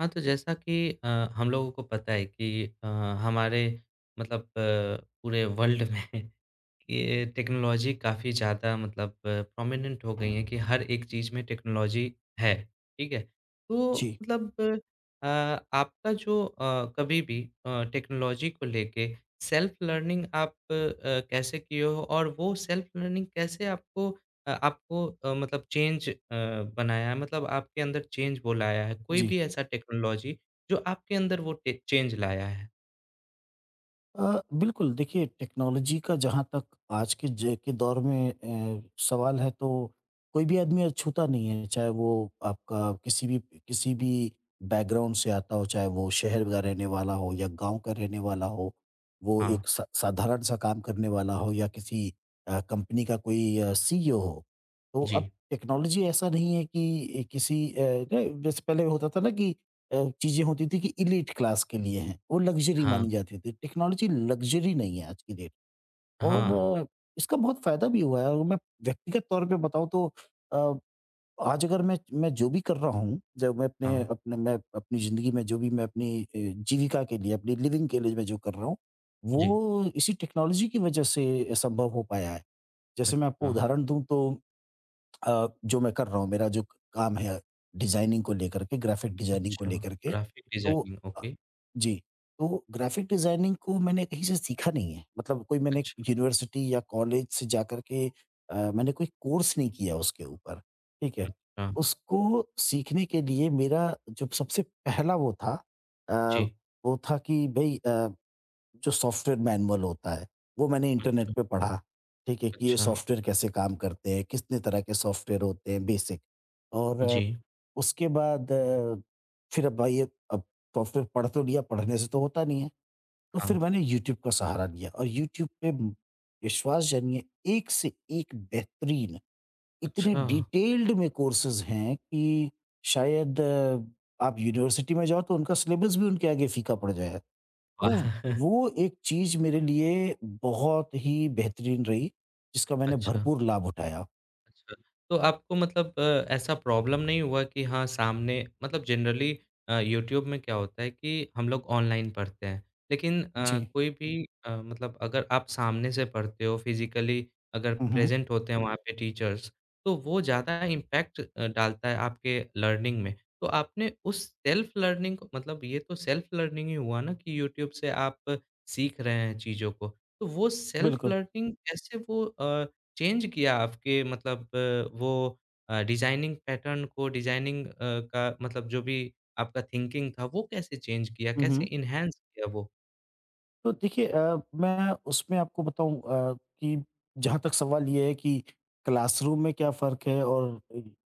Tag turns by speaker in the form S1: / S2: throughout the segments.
S1: हाँ, तो जैसा कि अ, हम लोगों को पता है कि हमारे मतलब पूरे वर्ल्ड में ये टेक्नोलॉजी काफ़ी ज़्यादा मतलब प्रोमिनेंट हो गई है कि हर एक चीज़ में टेक्नोलॉजी है, ठीक है? तो
S2: जी,
S1: मतलब अ, आपका जो कभी भी टेक्नोलॉजी को लेके सेल्फ लर्निंग आप कैसे किए हो और वो सेल्फ लर्निंग कैसे आपको मतलब चेंज बनाया है? मतलब आपके अंदर चेंज वो लाया है? कोई
S2: जी।
S1: भी ऐसा टेक्नोलॉजी जो आपके अंदर वो टे चेंज लाया है?
S2: बिल्कुल, देखिए टेक्नोलॉजी का जहाँ तक आज के ज के दौर में अ, सवाल है तो कोई भी आदमी अछूता नहीं है, चाहे वो आपका किसी भी बैकग्राउंड से आता हो, चाहे वो शहर का रहने वाला हो या गाँव का रहने वाला हो, वो
S1: हाँ,
S2: एक सा साधारण सा काम करने वाला हो या किसी कंपनी का कोई सीईओ हो। तो अब
S1: जी।
S2: टेक्नोलॉजी ऐसा नहीं है कि किसी ज जैसे पहले होता था ना कि चीज़ें होती थी कि एलीट क्लास के लिए हैं, वो लग्ज़री
S1: हाँ,
S2: मानी जाती थी। टेक्नोलॉज़ी लग्ज़री नहीं है आज की डेट और
S1: हाँ,
S2: अ, इसका बहुत फ़ायदा भी हुआ है और मैं व्यक्तिगत तौर पे बताऊँ तो अ, आज अगर मैं जो भी कर रहा हूँ, जब मैं अपने
S1: हाँ,
S2: अपने मैं अपनी ज़िंदगी में जो भी मैं अपनी जीविका के लिए, अपनी लिविंग के लिए मैं जो कर रहा हूँ,
S1: जी।
S2: वो इसी टेक्नोलॉज़ी की वज़ह से संभव हो पाया है। जैसे मैं आपको
S1: अच्छा,
S2: उदाहरण दूँ तो जो मैं कर रहा हूँ, मेरा जो काम है डिज़ाइनिंग को लेकर के, ग्राफ़िक डिज़ाइनिंग को
S1: अच्छा,
S2: लेकर के,
S1: ग्राफ़िक
S2: तो
S1: डिज़ाइनिंग,
S2: अ,
S1: ओके,
S2: जी, तो ग्राफ़िक डिज़ाइनिंग को मैंने कहीं से सीखा नहीं है। मतलब कोई मैंने
S1: अच्छा,
S2: यूनिवर्सिटी या कॉलेज से जाकर के मैंने कोई कोर्स नहीं किया उसके ऊपर, ठीक है?
S1: अच्छा,
S2: उसको सीखने के लिए मेरा जो सबसे पहला वो था अ,
S1: जी,
S2: वो था कि भई जो सॉफ्टवेयर मैनुअल होता है, वो मैंने इंटरनेट
S1: अच्छा,
S2: पे पढ़ा, ठीक है? कि ये
S1: अच्छा,
S2: सॉफ्टवेयर कैसे काम करते हैं, कितने तरह के सॉफ्टवेयर होते हैं बेसिक और
S1: जी,
S2: उसके बाद फिर अब भाई अब सॉफ्टवेयर पढ़ तो लिया, पढ़ने से तो होता नहीं है, तो फिर
S1: हाँ,
S2: मैंने यूट्यूब का सहारा लिया और यूट्यूब पे विश्वास जानिए एक से एक बेहतरीन, इतने
S1: अच्छा,
S2: डिटेल्ड में कोर्सेज़ हैं कि शायद आप यूनिवर्सिटी में जाओ तो उनका सिलेबस भी उनके आगे फीका पड़ जाए। तो
S1: वाह!
S2: वो एक चीज़ मेरे लिए बहुत ही बेहतरीन रही, जिसका मैंने
S1: अच्छा।
S2: भरपूर लाभ उठाया।
S1: अच्छा, तो आपको मतलब ऐसा प्रॉब्लम नहीं हुआ कि हाँ, सामने मतलब जनरली यूट्यूब में क्या होता है कि हम लोग ऑनलाइन पढ़ते हैं, लेकिन
S2: जी।
S1: कोई भी मतलब अगर आप सामने से पढ़ते हो, फिज़िकली अगर
S2: हुँ, हुँ।
S1: प्रेज़ेंट होते हैं वहाँ पे टीचर्स, तो वो ज़्यादा इम्पैक्ट डालता है आपके लर्निंग में। तो आपने उस सेल्फ लर्निंग को मतलब ये तो सेल्फ लर्निंग ही हुआ ना कि यूट्यूब से आप सीख रहे हैं चीज़ों को, तो वो सेल्फ
S2: बिल्कुल।
S1: लर्निंग कैसे वो चेंज किया आपके मतलब वो डिज़ाइनिंग पैटर्न को डिज़ाइनिंग का मतलब जो भी आपका थिंकिंग था वो कैसे चेंज किया?
S2: हुँ,
S1: कैसे
S2: हुँ।
S1: एनहांस किया वो?
S2: तो देखिए मैं उसमें आपको बताऊँ कि जहाँ तक सवाल ये है कि क्लासरूम में क्या फ़र्क है और किस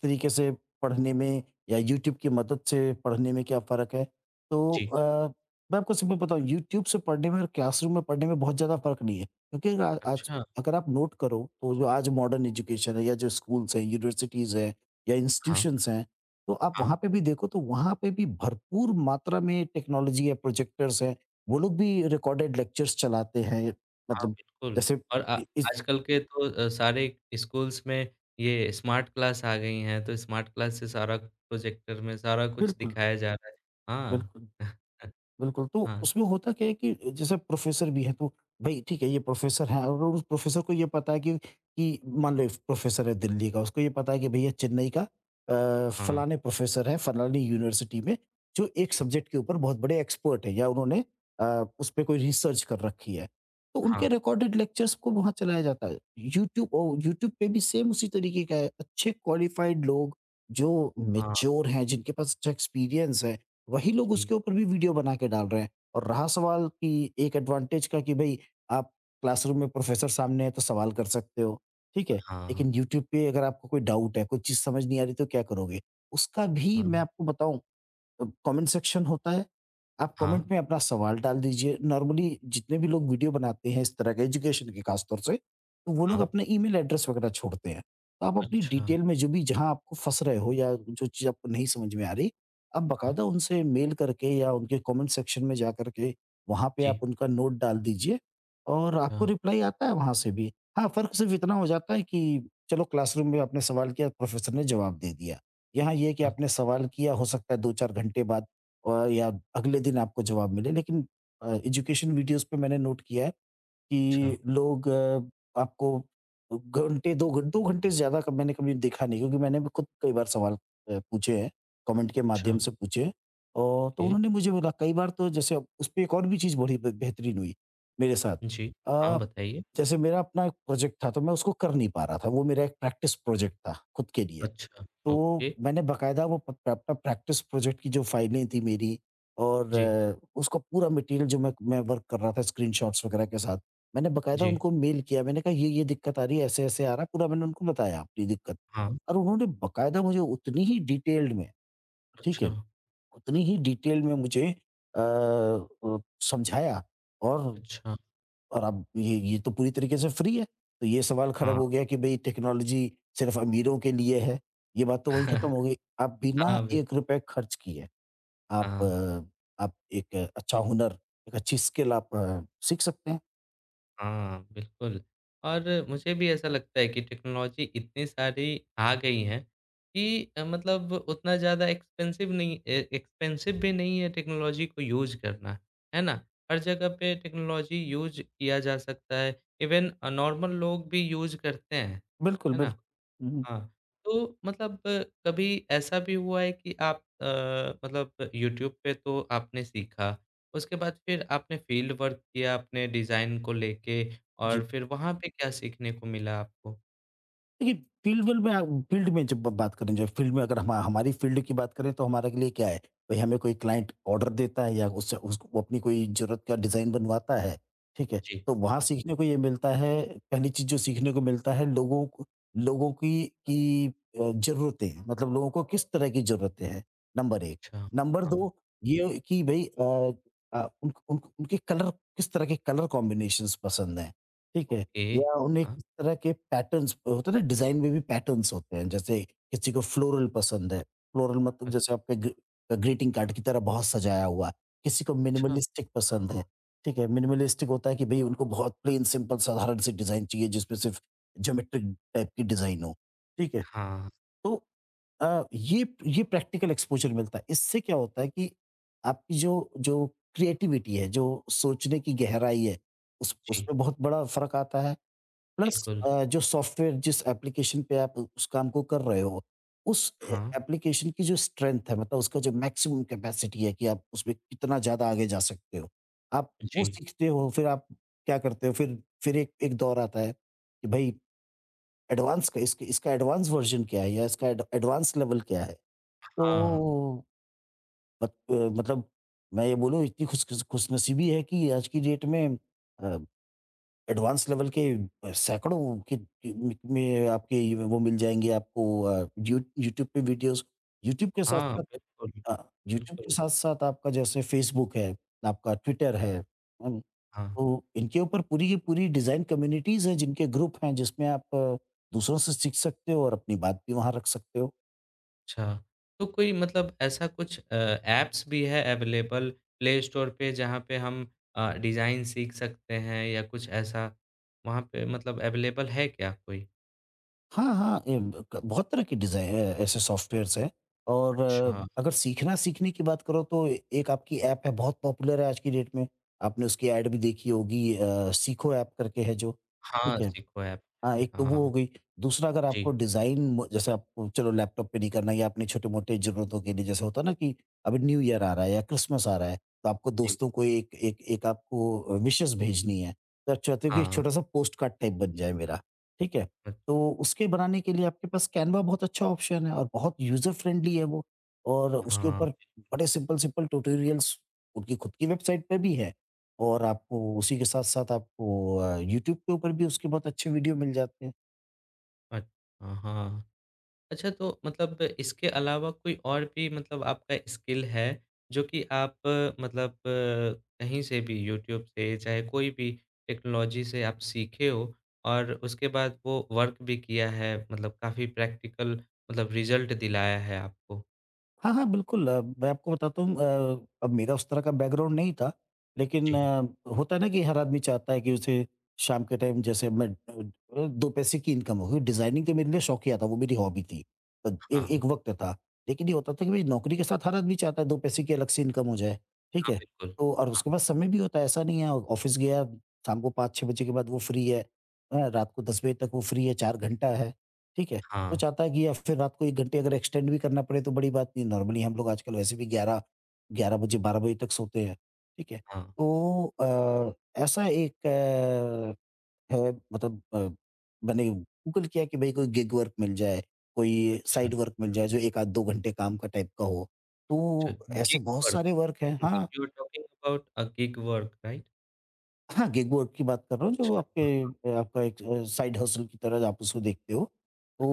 S2: तरीके से पढ़ने में या यूट्यूब की मदद से पढ़ने में क्या फ़र्क है? तो
S1: जी।
S2: मैं आपको सिंपल बताऊँ यूट्यूब से पढ़ने में और क्लासरूम में पढ़ने में बहुत ज़्यादा फ़र्क नहीं है। क्योंकि आज
S1: अच्छा।
S2: अगर आप नोट करो तो जो आज मॉडर्न एजुकेशन है या जो स्कूल्स हैं, यूनिवर्सिटीज़ हैं या
S1: हाँ,
S2: इंस्टीट्यूशंस हैं, तो आप वहाँ
S1: हाँ।
S2: पे भी देखो तो वहाँ पे भी भरपूर मात्रा में टेक्नोलॉजी है, प्रोजेक्टर्स हैं, वो लोग भी रिकॉर्डेड लेक्चर्स चलाते हैं।
S1: हाँ,
S2: मतलब
S1: बिल्कुल
S2: जैसे
S1: और
S2: इ इस
S1: आजकल के तो सारे स्कूल्स में ये स्मार्ट क्लास आ गई हैं, तो स्मार्ट क्लास से सारा प्रोजेक्टर में सारा कुछ
S2: बिल्कुल,
S1: दिखाया जा रहा है। हाँ।
S2: बिल्कुल। बिल्कुल, तो
S1: हाँ,
S2: उसमें
S1: तो
S2: होता क्या है कि जैसे प्रोफ़ेसर भी है तो भई ठीक है ये प्रोफ़ेसर है और उस प्रोफ़ेसर को ये पता है कि मान लो एक प्रोफ़ेसर है दिल्ली का, उसको ये पता है कि भैया चेन्नई का
S1: हाँ,
S2: फलाने प्रोफ़ेसर है, फलानी यूनिवर्सिटी में जो एक
S1: जी।
S2: सब्जेक्ट के ऊपर बहुत बड़े एक्सपर्ट हैं या उन्होंने अ, उस पे कोई रिसर्च कर रखी है। तो उनके
S1: हाँ,
S2: रिकॉर्डेड लेक्चर्स को वहाँ चलाया जाता है। यूट्यूब पे भी सेम उसी तरीके का है, अच्छे क्वालिफ़ाइड लोग जो
S1: हाँ,
S2: मैच्योर हैं, जिनके पास अच्छा एक्सपीरियंस है, वही लोग
S1: जी।
S2: उसके ऊपर भी वीडियो बना के डाल रहे हैं। और रहा सवाल कि एक एडवांटेज का कि भई आप क्लासरूम में प्रोफ़ेसर सामने है तो सवाल कर सकते हो, ठीक है?
S1: हाँ,
S2: लेकिन यूट्यूब पे अगर आपको कोई डाउट है, कोई चीज़ समझ नहीं आ रही तो क्या करोगे? उसका भी मैं
S1: हाँ,
S2: आपको बताऊँ कमेंट सेक्शन होता है। आप
S1: हाँ,
S2: कमेंट में अपना सवाल डाल दीजिए। नॉर्मली जितने भी लोग वीडियो बनाते हैं इस तरह के एजुकेशन के खास तौर से, तो वो लोग
S1: हाँ।
S2: अपना ईमेल एड्रेस वगैरह छोड़ते हैं। तो आप अपनी
S1: अच्छा।
S2: डिटेल में जो भी जहाँ आपको फँस रहे हो या जो चीज़ आपको नहीं समझ में आ रही, आप
S1: हाँ।
S2: बाकायदा उनसे मेल करके या उनके कमेंट सेक्शन में जा कर के वहाँ पे आप
S1: जी।
S2: उनका नोट डाल दीजिए और आपको
S1: हाँ,
S2: रिप्लाई आता है वहाँ से भी। हाँ, फ़र्क सिर्फ़ इतना हो जाता है कि चलो क्लासरूम में आपने सवाल किया, प्रोफ़ेसर ने जवाब दे दिया। यहाँ ये है कि आपने सवाल किया, हो सकता है 2-4 घंटे बाद या अगले दिन आपको जवाब मिले। लेकिन एजुकेशन वीडियोज़ पे मैंने नोट किया है
S1: अच्छा,
S2: कि लोग आपको घंटे 2 घं 2 घंटे से ज़्यादा का मैंने कभी देखा नहीं क्योंकि मैंने भी खुद कई बार सवाल पूछे हैं, कमेंट के
S1: अच्छा,
S2: माध्यम से पूछे हैं। और तो
S1: ओके,
S2: उन्होंने मुझे बोला कई बार तो जैसे अब उसपे एक और भी चीज़ बड़ी ब बेहतरीन हुई मेरे साथ।
S1: जी। हाँ,
S2: अ,
S1: बताइए।
S2: जैसे मेरा अपना एक प्रोजेक्ट था, तो मैं उसको कर नहीं पा रहा था। वो मेरा एक प्रैक्टिस प्रोजेक्ट था खुद के लिए।
S1: अच्छा,
S2: तो
S1: ओके,
S2: मैंने बाकायदा वो प अपना प्रैक्टिस प्रोजेक्ट की जो फाइलें थी मेरी और
S1: जी,
S2: उसका पूरा मटेरियल जो मैं वर्क कर रहा था स्क्रीनशॉट्स वगैरह के साथ, मैंने बाकायदा
S1: जी।
S2: उनको मेल किया। मैंने कहा, "ये-ये दिक्कत आ रही है, ऐसे-ऐसे आ रहा है।" पूरा मैंने उनको बताया अपनी दिक्कत
S1: हाँ,
S2: और उन्होंने बाकायदा मुझे उतनी ही डिटेल्ड में, ठीक है?
S1: अच्छा,
S2: उतनी ही डिटेल में मुझे अ अ, समझाया और
S1: अच्छा,
S2: और अब ये तो पूरी तरीके से फ्री है। तो ये सवाल खड़ा
S1: हाँ।
S2: हो गया कि भई टेक्नोलॉज़ी सिर्फ़ अमीरों के लिए है, ये बात तो वहीं खत्म हो गई। आप बिना
S1: हाँ, बिल्कुल,
S2: ₹1 खर्च किए आप
S1: हाँ।
S2: आप एक अच्छा हुनर, एक अच्छी स्किल आप सीख सकते हैं।
S1: हाँ, बिल्कुल और मुझे भी ऐसा लगता है कि टेक्नोलॉज़ी इतनी सारी आ गई हैं कि मतलब उतना ज़्यादा एक्सपेंसिव नहीं ए एक्सपेंसिव भी नहीं है टेक्नोलॉज़ी को यूज़ करना, है ना? हर जगह पे टेक्नोलॉज़ी यूज़ किया जा सकता है, इवन नॉर्मल लोग भी यूज़ करते हैं,
S2: बिल्कुल,
S1: है ना?
S2: बिल्कुल। हुँ, हुँ।
S1: हाँ, तो मतलब कभी ऐसा भी हुआ है कि आप मतलब यूट्यूब पे तो आपने सीखा, उसके बाद फिर आपने फील्ड वर्क किया अपने डिज़ाइन को लेके
S2: जी।
S1: और फिर वहाँ पे क्या सीखने को मिला आपको?
S2: देखिए, फील्ड विल में आप फील्ड में जब बात करें जो फील्ड में अगर हम हमारी फील्ड की बात करें तो हमारे लिए क्या है? भई हमें कोई क्लाइंट ऑर्डर देता है या उससे उस वो अपनी कोई ज़रूरत का डिज़ाइन बनवाता है, ठीक है?
S1: जी,
S2: तो वहाँ सीखने को ये मिलता है पहली चीज़ जो सीखने को मिलता है लोगों को लोगों की ज़रूरतें मतलब लोगों को किस तरह की ज़रूरतें हैं, नंबर 1।
S1: अच्छा,
S2: नंबर
S1: हाँ,
S2: 2 ये कि भई उन उन उनके कलर किस तरह के कलर कॉम्बिनेशंस पसंद हैं, ठीक है?
S1: ओके,
S2: या उन्हें
S1: हाँ,
S2: किस तरह के पैटर्न्स होते हैं ना डिज़ाइन में भी पैटर्न्स होते हैं। जैसे किसी को फ्लोरल पसंद है, फ्लोरल मतलब
S1: अच्छा,
S2: जैसे आपके ग्रीटिंग कार्ड की तरह बहुत सजाया हुआ है। किसी को
S1: अच्छा,
S2: मिनिमलिस्टिक पसंद है, ठीक है? मिनिमलिस्टिक होता है कि भई उनको बहुत प्लेन सिंपल साधारण सी डिज़ाइन चाहिए जिसमें सिर्फ़ ज्योमेट्रिक टाइप की डिज़ाइन हो, ठीक है?
S1: हाँ,
S2: तो ये प्रैक्टिकल एक्सपोज़र मिलता है। इससे क्या होता है कि आपकी जो जो क्रिएटिविटी है, जो सोचने की गहराई है, उस
S1: जी,
S2: उसमें बहुत बड़ा फ़र्क आता है। प्लस
S1: बिल्कुल,
S2: जो सॉफ्टवेयर जिस एप्लीकेशन पे आप उस काम को कर रहे हो, उस ए
S1: हाँ,
S2: एप्लीकेशन की जो स्ट्रेंथ है मतलब उसका जो मैक्सिमम कैपेसिटी है कि आप उसमें कितना ज़्यादा आगे जा सकते हो। आप वो
S1: जी,
S2: सीखते हो फिर आप क्या करते हो फिर एक एक दौर आता है कि भई एडवांस का इसके इसका एडवांस वर्ज़न क्या है या इसका एड एडवांस लेवल क्या है?
S1: हाँ,
S2: तो मत अ, मतलब मैं ये बोलूँ इतनी खुश खुश खुशनसीबी है कि आज की डेट में अ एडवांस लेवल के सैकड़ों के में आपके ये वो मिल जाएँगे आपको अ, यू यूट्यूब पे वीडियोज़ यूट्यूब के
S1: हाँ,
S2: साथ-साथ
S1: बिल्कुल,
S2: अ, यूट्यूब के
S1: बिल्कुल,
S2: साथ-साथ आपका जैसे फ़ेसबुक है, आपका ट्विटर है, हुँ,
S1: हाँ।
S2: तो इनके ऊपर पूरी की पूरी डिज़ाइन कम्युनिटीज़ हैं, जिनके ग्रुप हैं, जिसमें आप दूसरों से सीख सकते हो और अपनी बात भी वहाँ रख सकते हो।
S1: अच्छा, तो कोई मतलब ऐसा कुछ ऐप्स भी है अवेलेबल प्ले स्टोर पे जहाँ पे हम डिज़ाइन सीख सकते हैं या कुछ ऐसा वहाँ पे मतलब अवेलेबल है क्या कोई?
S2: हाँ, हाँ, ए, ब क बहुत तरह के ऐसे सॉफ्टवेयर्स हैं और
S1: अच्छा।
S2: अगर सीखना सीखने की बात करो तो एक आपकी ऐप है बहुत पॉपुलर है आज की डेट में, आपने उसकी ऐड भी देखी होगी सीखो ऐप करके है जो,
S1: हाँ,
S2: ठीक है?
S1: सीखो ऐप
S2: हाँ,
S1: है,
S2: एक तो वो हो
S1: हाँ,
S2: गई। दूसरा अगर आपको
S1: जी।
S2: डिज़ाइन म जैसे आपको चलो लैपटॉप पे नहीं करना या अपने छोटे-मोटे ज़रूरतों के लिए जैसे होता है ना कि अभी न्यू ईयर आ रहा है या क्रिसमस आ रहा है, तो आपको
S1: जी।
S2: दोस्तों को एक एक एक आपको विशेस भेजनी है। तो आप चाहते हो कि एक
S1: हाँ,
S2: छोटा-सा पोस्टकार्ड टाइप बन जाए मेरा, ठीक है?
S1: अ,
S2: तो उसके बनाने के लिए आपके पास कैनवा बहुत अच्छा ऑप्शन है और बहुत यूज़र फ्रेंडली है वो। और उसके
S1: हाँ,
S2: ऊपर बड़े सिंपल-सिंपल ट्यूटोरियल्स उनकी खुद की वेबसाइट पे भी है। और आपको उसी के साथ-साथ आपको यूट्यूब के ऊपर भी उसके बहुत अच्छे वीडियो मिल जाते हैं।
S1: अच्छा, हाँ। अच्छा तो मतलब इसके अलावा कोई और भी मतलब आपका स्किल है जो कि आप मतलब कहीं से भी यूट्यूब से चाहे कोई भी टेक्नोलॉजी से आप सीखे हो और उसके बाद वो वर्क भी किया है मतलब काफ़ी प्रैक्टिकल मतलब रिजल्ट दिलाया है आपको?
S2: हाँ, हाँ, बिल्कुल। मैं आपको बताता हूँ, अब मेरा उस तरह का बैकग्राउंड नहीं था, लेकिन
S1: जी।
S2: होता है ना कि हर आदमी चाहता है कि उसे शाम के टाइम जैसे मैं 2 पैसे की इनकम हो गई। डिज़ाइनिंग तो मेरे लिए शौकिया था, वो मेरी हॉबी थी। ए एक
S1: हाँ,
S2: वक़्त था, लेकिन ये होता था कि भई नौकरी के साथ हर आदमी चाहता है 2 पैसे की अलग से इनकम हो जाए, ठीक
S1: हाँ,
S2: है?
S1: बिल्कुल।
S2: तो और उसके
S1: हाँ,
S2: पास समय भी होता है, ऐसा नहीं है, ऑफ़िस गया, शाम को 5-6 बजे के बाद वो फ्री है, हैं? रात को 10 बजे तक वो फ्री है, 4 घंटा है, ठीक है? तो
S1: हाँ,
S2: चाहता है कि या फिर रात को 1 घंटे अगर एक्सटेंड भी करना पड़े तो बड़ी बात नहीं, नॉर्मली हम लोग आजकल वैसे भी 11 बजे 12 बजे तक सोते हैं, ठीक है?
S1: हाँ।
S2: तो ऐसा एक है, मतलब, मैंने गूगल किया कि भई कोई गिग वर्क मिल जाए, कोई
S1: अच्छा,
S2: साइड वर्क मिल जाए जो 1 आध 2 घंटे काम का टाइप का हो।
S1: अच्छा
S2: तो ऐसे
S1: गिग
S2: बहुत
S1: वर्क
S2: सारे वर्क हैं,
S1: मतलब
S2: हाँ।
S1: You are talking about a gig work right?
S2: हाँ, गिग वर्क की बात कर रहा हूँ, जो
S1: अच्छा,
S2: आपके आपका एक साइड हसल की तरह आप उसको देखते हो।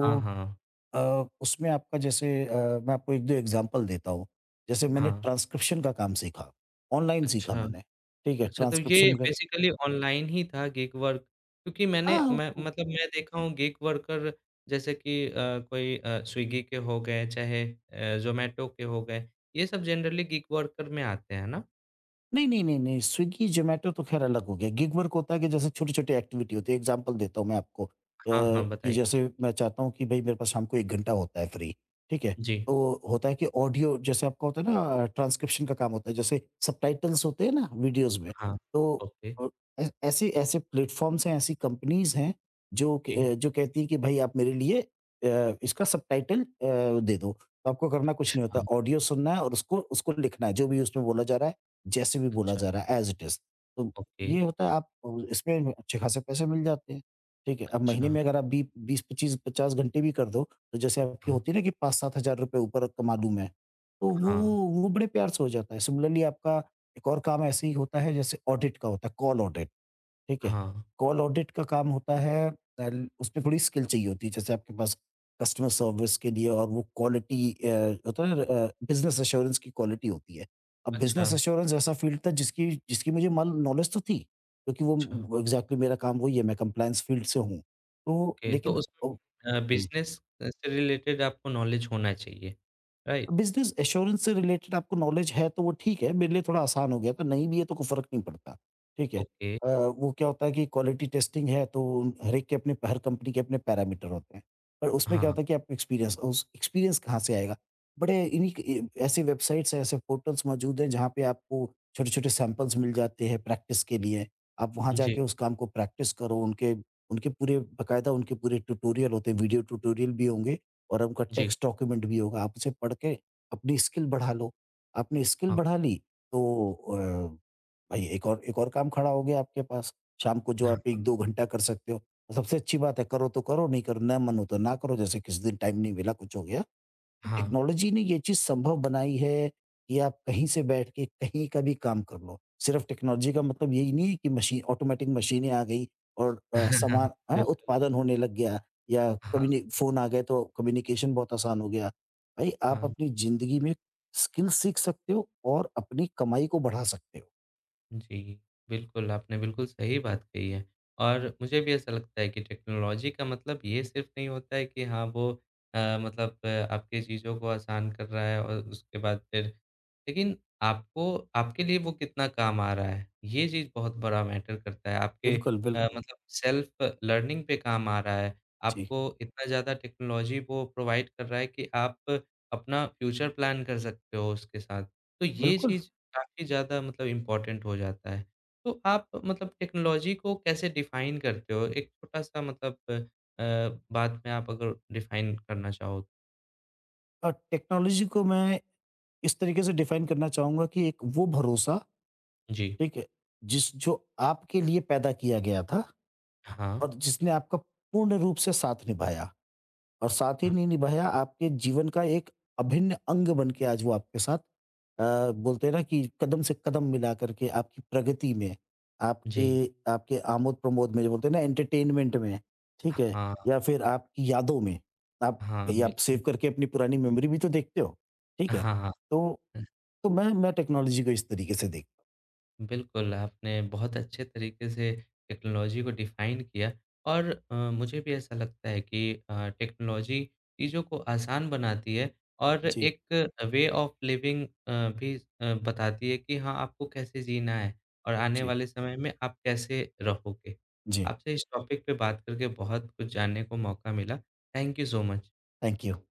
S1: हाँ, हाँ,
S2: उसमें आपका जैसे मैं आपको 1-2 एग्ज़ाम्पल देता हूँ। जैसे मैंने
S1: हाँ।
S2: ट्रांसक्रिप्शन का काम सीखा, ऑनलाइन सीखा
S1: अच्छा।
S2: मैंने, ठीक है?
S1: अच्छा, तो ये
S2: ट्रांसक्रिप्शन का,
S1: बेसिकली ऑनलाइन ही था गिग वर्क क्योंकि
S2: हाँ।
S1: मैं
S2: उ
S1: मतलब मैं देखा हूँ गिग वर्कर जैसे कि कोई स्विगी के हो गए चाहे ज़ोमैटो के हो गए, ये सब जनरली गिग वर्कर में आते हैं ना?
S2: नहीं, नहीं, नहीं, नहीं, स्विग्गी, ज़ोमैटो तो ख़ैर अलग हो गया। गिग वर्क होता है कि जैसे छोटी-छोटी एक्टिविटी होती है। एग्ज़ाम्पल देता हूँ मैं आपको,
S1: हाँ, हाँ,
S2: कि
S1: बताइए।
S2: जैसे मैं चाहता हूँ कि भई मेरे पास शाम को 1 घंटा होता है फ्री, ठीक है?
S1: जी,
S2: तो होता है कि ऑडियो, जैसे आपका होता है ना, ट्रांसक्रिप्शन का काम होता है, जैसे सबटाइटल्स होते हैं ना वीडियोज़ में,
S1: हाँ,
S2: तो
S1: ओके,
S2: अ, ऐ ऐसे ऐसे प्लेटफ़ॉर्म्स हैं, ऐसी कंपनीज़ हैं जो क
S1: जी।
S2: जो कहती हैं कि भई आप मेरे लिए इसका सबटाइटल दे दो। तो आपको करना कुछ नहीं होता,
S1: अच्छा,
S2: ऑडियो सुनना है और उसको उसको लिखना है, जो भी उसमें बोला जा रहा है, जैसे भी बोला
S1: अच्छा,
S2: जा रहा है, एज़ इट इज़। तो
S1: ओके,
S2: ये होता है, आप इसमें अच्छे खासे पैसे मिल जाते हैं, ठीक है? अब महीने
S1: अच्छा,
S2: में अगर आप बी 20-25-50 घंटे भी कर दो, तो जैसे आपकी
S1: हाँ,
S2: होती है ना कि 5-7 हज़ार रुपए ऊपर कमा लूँ मैं, तो वो
S1: हाँ,
S2: वो बड़े प्यार से हो जाता है। सिमिलरली आपका एक और काम ऐसे ही होता है जैसे ऑडिट का होता है, कॉल ऑडिट। ठीक है?
S1: हाँ,
S2: कॉल ऑडिट का काम होता है, ल उसमें थोड़ी स्किल चाहिए होती है, जैसे आपके पास कस्टमर सर्विस के लिए, और वो क्वालिटी, होता है ना बिज़नेस एश्योरेंस की क्वालिटी होती है। अब
S1: अच्छा,
S2: बिज़नेस एश्योरेंस ऐसा फील्ड था जिसकी जिसकी मुझे माल नॉलेज तो थी, क्योंकि वो
S1: अच्छा,
S2: वो एग्ज़ैक्टली मेरा काम वही है, मैं कम्प्लायंस फील्ड से हूँ। तो
S1: ओके, तो
S2: लेकिन, ओ
S1: उसमें बिज़नेस से रिलेटेड आपको नॉलेज होना चाहिए, राइट?
S2: बिज़नेस एश्योरेंस से रिलेटेड आपको नॉलेज है तो वो ठीक है, मेरे लिए थोड़ा आसान हो गया था, नहीं भी है तो कोई फ़र्क नहीं पड़ता, ठीक है।
S1: ओके,
S2: वो क्या होता है कि क्वालिटी टेस्टिंग है, तो हर एक के अपने, हर कंपनी के अपने पैरामीटर होते हैं। पर उसमें क्या
S1: हाँ,
S2: होता है कि आपका एक्सपीरियंस, उस एक्सपीरियंस कहाँ से आएगा? बड़े इन्हीं क ऐसे वेबसाइट्स हैं, ऐसे पोर्टल्स मौजूद हैं जहाँ पे आपको छोटे-छोटे सैंपल्स मिल जाते हैं प्रैक्टिस के लिए। आप वहाँ
S1: जी,
S2: जाके उस काम को प्रैक्टिस करो, उनके उनके पूरे बाकायदा उनके पूरे ट्यूटोरियल होते हैं, वीडियो ट्यूटोरियल भी होंगे और उनका
S1: जी।
S2: टेक्स्ट डॉक्यूमेंट भी होगा। आप उसे पढ़ के अपनी स्किल बढ़ा लो। आपने स्किल
S1: हाँ,
S2: बढ़ा ली तो अ, भई एक और काम खड़ा हो गया आपके पास। शाम को जो
S1: हाँ,
S2: आप 1-2 घंटा कर सकते हो। सबसे अच्छी बात है, करो तो करो, नहीं करो, ना मन हो तो ना करो। जैसे किसी दिन टाइम नहीं मिला, कुछ हो गया। टेक्नोलॉजी ने ये चीज़ संभव बनाई है कि आप कहीं से बैठ के कहीं का भी काम कर लो। सिर्फ़ टेक्नोलॉजी का मतलब यही नहीं है कि मशी ऑटोमेटिक मशीनें आ गई और
S1: हाँ।
S2: सामान, हाँ,
S1: बिल्कुल,
S2: उत्पादन होने लग गया, या
S1: हाँ,
S2: कम्युनि फ़ोन आ गए तो कम्युनिकेशन बहुत आसान हो गया। भई आप
S1: हाँ।
S2: अपनी ज़िंदगी में स्किल सीख सकते हो और अपनी कमाई को बढ़ा सकते हो।
S1: जी, बिल्कुल, आपने बिल्कुल सही बात कही है और मुझे भी ऐसा लगता है कि टेक्नोलॉजी का मतलब ये सिर्फ़ नहीं होता है कि हाँ, वो मतलब आपकी चीज़ों को आसान कर रहा है और उसके बाद फिर लेकिन आपको आपके लिए वो कितना काम आ रहा है, ये चीज़ बहुत बड़ा मैटर करता है। आपके
S2: बिल्कुल,
S1: हुँ।
S2: बिल्कुल।
S1: मतलब सेल्फ़ लर्निंग पे काम आ रहा है,
S2: जी।
S1: आपको इतना ज़्यादा टेक्नोलॉजी वो प्रोवाइड कर रहा है कि आप अपना फ्यूचर प्लान कर सकते हो उसके साथ। तो ये
S2: बिल्कुल।
S1: चीज़ काफ़ी ज़्यादा मतलब इम्पोर्टेंट हो जाता है। तो आप मतलब टेक्नोलॉजी को कैसे डिफ़ाइन करते हो? एक छोटा-सा मतलब अ, बात में आप अगर डिफ़ाइन करना चाहो?
S2: टेक्नोलॉजी को मैं इस तरीके से डिफ़ाइन करना चाहूँगा कि एक वो भरोसा,
S1: जी।
S2: ठीक है? जिस जो आपके लिए पैदा किया गया था,
S1: हाँ,
S2: और जिसने आपका पूर्ण रूप से साथ निभाया, और साथ ही
S1: हाँ।
S2: नहीं निभाया, आपके जीवन का एक अभिन्न अंग बन के आज वो आपके साथ, बोलते हैं ना, कि कदम से कदम मिला करके आपकी प्रगति में, आपके
S1: जी।
S2: आपके आमोद-प्रमोद में, जो बोलते हैं ना एंटरटेनमेंट में, ठीक है?
S1: हाँ,
S2: या फिर आपकी यादों में। आप,
S1: हाँ,
S2: भई आप सेव
S1: बिल्कुल।
S2: करके अपनी पुरानी मेमोरी भी तो देखते हो, ठीक है?
S1: हाँ, हाँ।
S2: तो मैं टेक्नोलॉजी को इस तरीके से देखता
S1: बिल्कुल, आपने बहुत अच्छे तरीके से टेक्नोलॉजी को डिफ़ाइन किया और मुझे भी ऐसा लगता है कि टेक्नोलॉजी चीज़ों को आसान बनाती है और
S2: हूँ। जी,
S1: एक वे ऑफ़ लिविंग भी बताती है कि हाँ, आपको कैसे जीना है और आने
S2: जी,
S1: वाले समय में आप कैसे रहोगे।
S2: जी।
S1: आपसे इस टॉपिक पे बात करके बहुत कुछ जानने को मौका मिला। Thank you so much.
S2: Thank you.